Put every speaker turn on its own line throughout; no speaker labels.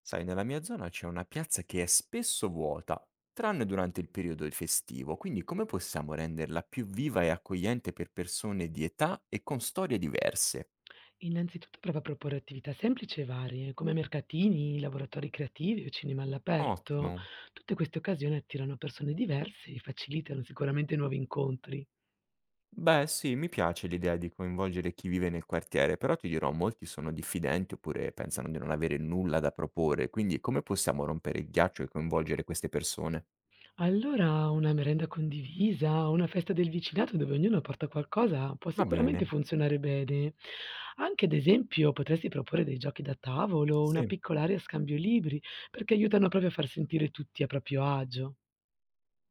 Sai, nella mia zona c'è una piazza che è spesso vuota, tranne durante il periodo festivo, quindi come possiamo renderla più viva e accogliente per persone di età e con storie diverse?
Innanzitutto prova a proporre attività semplici e varie, come mercatini, laboratori creativi o cinema all'aperto.
Ottimo.
Tutte queste occasioni attirano persone diverse e facilitano sicuramente nuovi incontri.
Beh, sì, mi piace l'idea di coinvolgere chi vive nel quartiere, però ti dirò, molti sono diffidenti oppure pensano di non avere nulla da proporre, quindi come possiamo rompere il ghiaccio e coinvolgere queste persone?
Allora una merenda condivisa o una festa del vicinato dove ognuno porta qualcosa può
Va
sicuramente
bene,
funzionare bene. Anche ad esempio potresti proporre dei giochi da tavolo, una
sì.
piccola area scambio libri, perché aiutano proprio a far sentire tutti a proprio agio.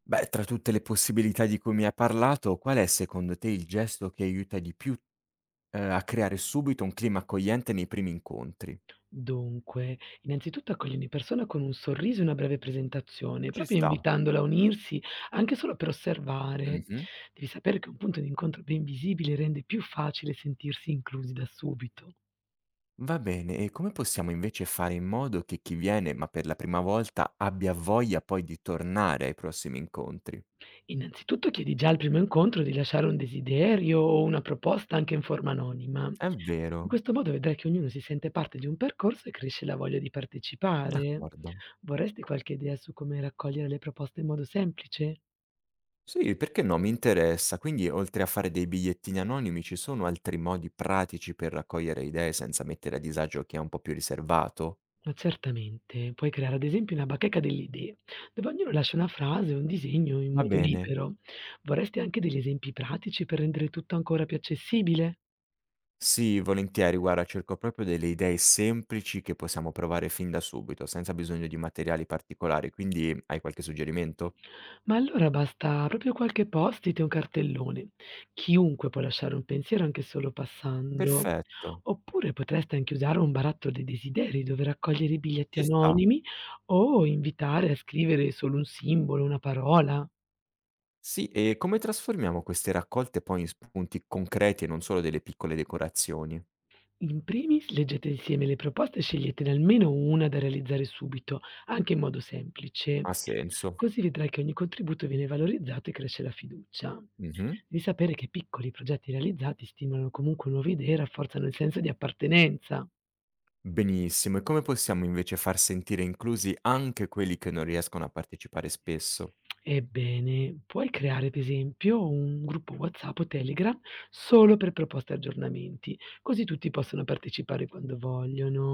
Beh, tra tutte le possibilità di cui mi hai parlato, qual è secondo te il gesto che aiuta di più a creare subito un clima accogliente nei primi incontri.
Dunque, innanzitutto accogli ogni persona con un sorriso e una breve presentazione,
Ci
proprio
sta.
invitandola a unirsi anche solo per osservare.
Mh-mh.
Devi sapere che un punto di incontro ben visibile rende più facile sentirsi inclusi da subito.
Va bene, e come possiamo invece fare in modo che chi viene, ma per la prima volta, abbia voglia poi di tornare ai prossimi incontri?
Innanzitutto chiedi già al primo incontro di lasciare un desiderio o una proposta anche in forma anonima.
È
In
vero,
questo modo vedrai che ognuno si sente parte di un percorso e cresce la voglia di partecipare.
d'accordo.
Vorresti qualche idea su come raccogliere le proposte in modo semplice?
Sì, perché no, mi interessa. Quindi oltre a fare dei bigliettini anonimi, ci sono altri modi pratici per raccogliere idee senza mettere a disagio chi è un po' più riservato?
Ma certamente, puoi creare ad esempio una bacheca delle idee, dove ognuno lascia una frase o un disegno in
Va
modo
bene.
libero. Vorresti anche degli esempi pratici per rendere tutto ancora più accessibile?
Sì, volentieri, guarda, cerco proprio delle idee semplici che possiamo provare fin da subito, senza bisogno di materiali particolari, quindi hai qualche suggerimento?
Ma allora basta proprio qualche post-it e un cartellone. Chiunque può lasciare un pensiero anche solo passando.
Perfetto,
Oppure potresti anche usare un barattolo dei desideri dove raccogliere i biglietti
ci sta.
anonimi o invitare a scrivere solo un simbolo, una parola.
Sì, e come trasformiamo queste raccolte poi in spunti concreti e non solo delle piccole decorazioni?
In primis, leggete insieme le proposte e sceglietene almeno una da realizzare subito, anche in modo semplice.
Ha senso.
Così vedrai che ogni contributo viene valorizzato e cresce la fiducia.
Mhm.
Devi sapere che piccoli progetti realizzati stimolano comunque nuove idee e rafforzano il senso di appartenenza.
Benissimo, e come possiamo invece far sentire inclusi anche quelli che non riescono a partecipare spesso?
Ebbene, puoi creare ad esempio un gruppo WhatsApp o Telegram solo per proposte e aggiornamenti, così tutti possono partecipare quando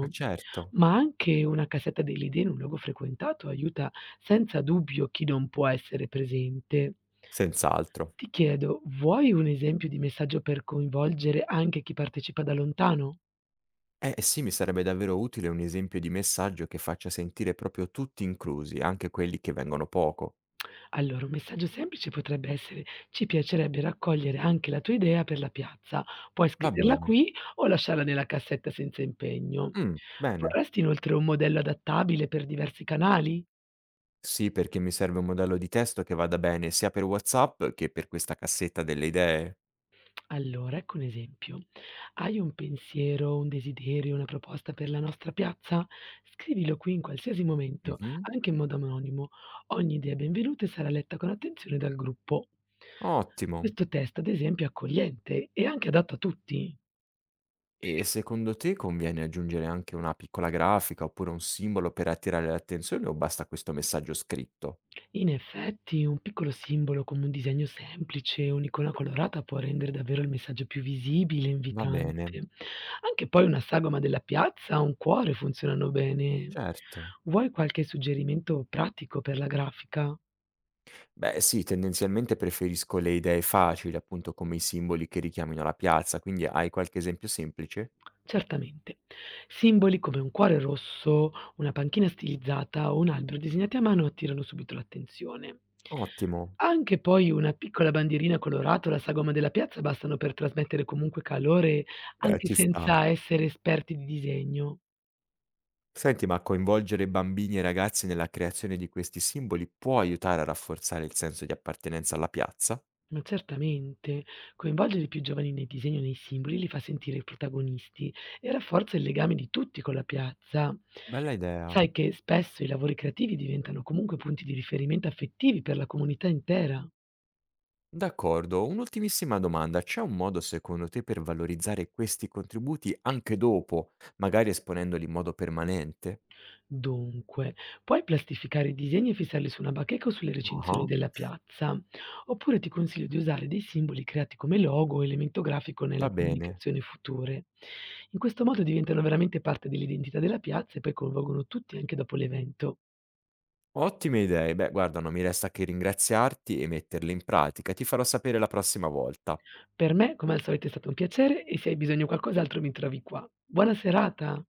Ma certo,
Ma anche una cassetta delle idee in un luogo frequentato aiuta senza dubbio chi non può essere presente.
senz'altro.
Ti chiedo, vuoi un esempio di messaggio per coinvolgere anche chi partecipa da lontano?
Sì, mi sarebbe davvero utile un esempio di messaggio che faccia sentire proprio tutti inclusi, anche quelli che vengono poco.
Allora, un messaggio semplice potrebbe essere: "Ci piacerebbe raccogliere anche la tua idea per la piazza. Puoi
Va
scriverla
bene.
qui o lasciarla nella cassetta senza impegno.
Mm, bene.
Vorresti inoltre un modello adattabile per diversi canali?"
Sì, perché mi serve un modello di testo che vada bene sia per WhatsApp che per questa cassetta delle idee.
Allora, ecco un esempio: "Hai un pensiero, un desiderio, una proposta per la nostra piazza? Scrivilo qui in qualsiasi momento,
Mhm.
anche in modo anonimo. Ogni idea è benvenuta e sarà letta con attenzione dal gruppo."
Ottimo.
Questo testo, ad esempio, è accogliente e anche adatto a tutti.
E secondo te conviene aggiungere anche una piccola grafica oppure un simbolo per attirare l'attenzione o basta questo messaggio scritto?
In effetti un piccolo simbolo come un disegno semplice o un'icona colorata può rendere davvero il messaggio più visibile e
Va bene,
invitante. Anche poi una sagoma della piazza o un cuore funzionano bene.
certo.
Vuoi qualche suggerimento pratico per la grafica?
Beh sì, tendenzialmente preferisco le idee facili, appunto come i simboli che richiamino la piazza, quindi hai qualche esempio semplice?
Certamente. Simboli come un cuore rosso, una panchina stilizzata o un albero disegnati a mano attirano subito l'attenzione.
Ottimo,
Anche poi una piccola bandierina colorata o la sagoma della piazza bastano per trasmettere comunque calore,
beh
anche
ci sta.
senza essere esperti di disegno.
Senti, ma coinvolgere bambini e ragazzi nella creazione di questi simboli può aiutare a rafforzare il senso di appartenenza alla piazza?
Ma certamente, coinvolgere i più giovani nei disegni o nei simboli li fa sentire protagonisti e rafforza il legame di tutti con la piazza.
Bella idea.
Sai che spesso i lavori creativi diventano comunque punti di riferimento affettivi per la comunità intera.
D'accordo, un'ultimissima domanda. C'è un modo secondo te per valorizzare questi contributi anche dopo, magari esponendoli in modo permanente?
Dunque, puoi plastificare i disegni e fissarli su una bacheca o sulle recinzioni
Ah,
della piazza, oppure ti consiglio di usare dei simboli creati come logo o elemento grafico nella
va bene.
comunicazione future. In questo modo diventano veramente parte dell'identità della piazza e poi coinvolgono tutti anche dopo l'evento.
Ottime idee. Beh, guarda, non mi resta che ringraziarti e metterle in pratica. Ti farò sapere la prossima volta.
Per me, come al solito, è stato un piacere e se hai bisogno di qualcos'altro mi trovi qua. Buona serata!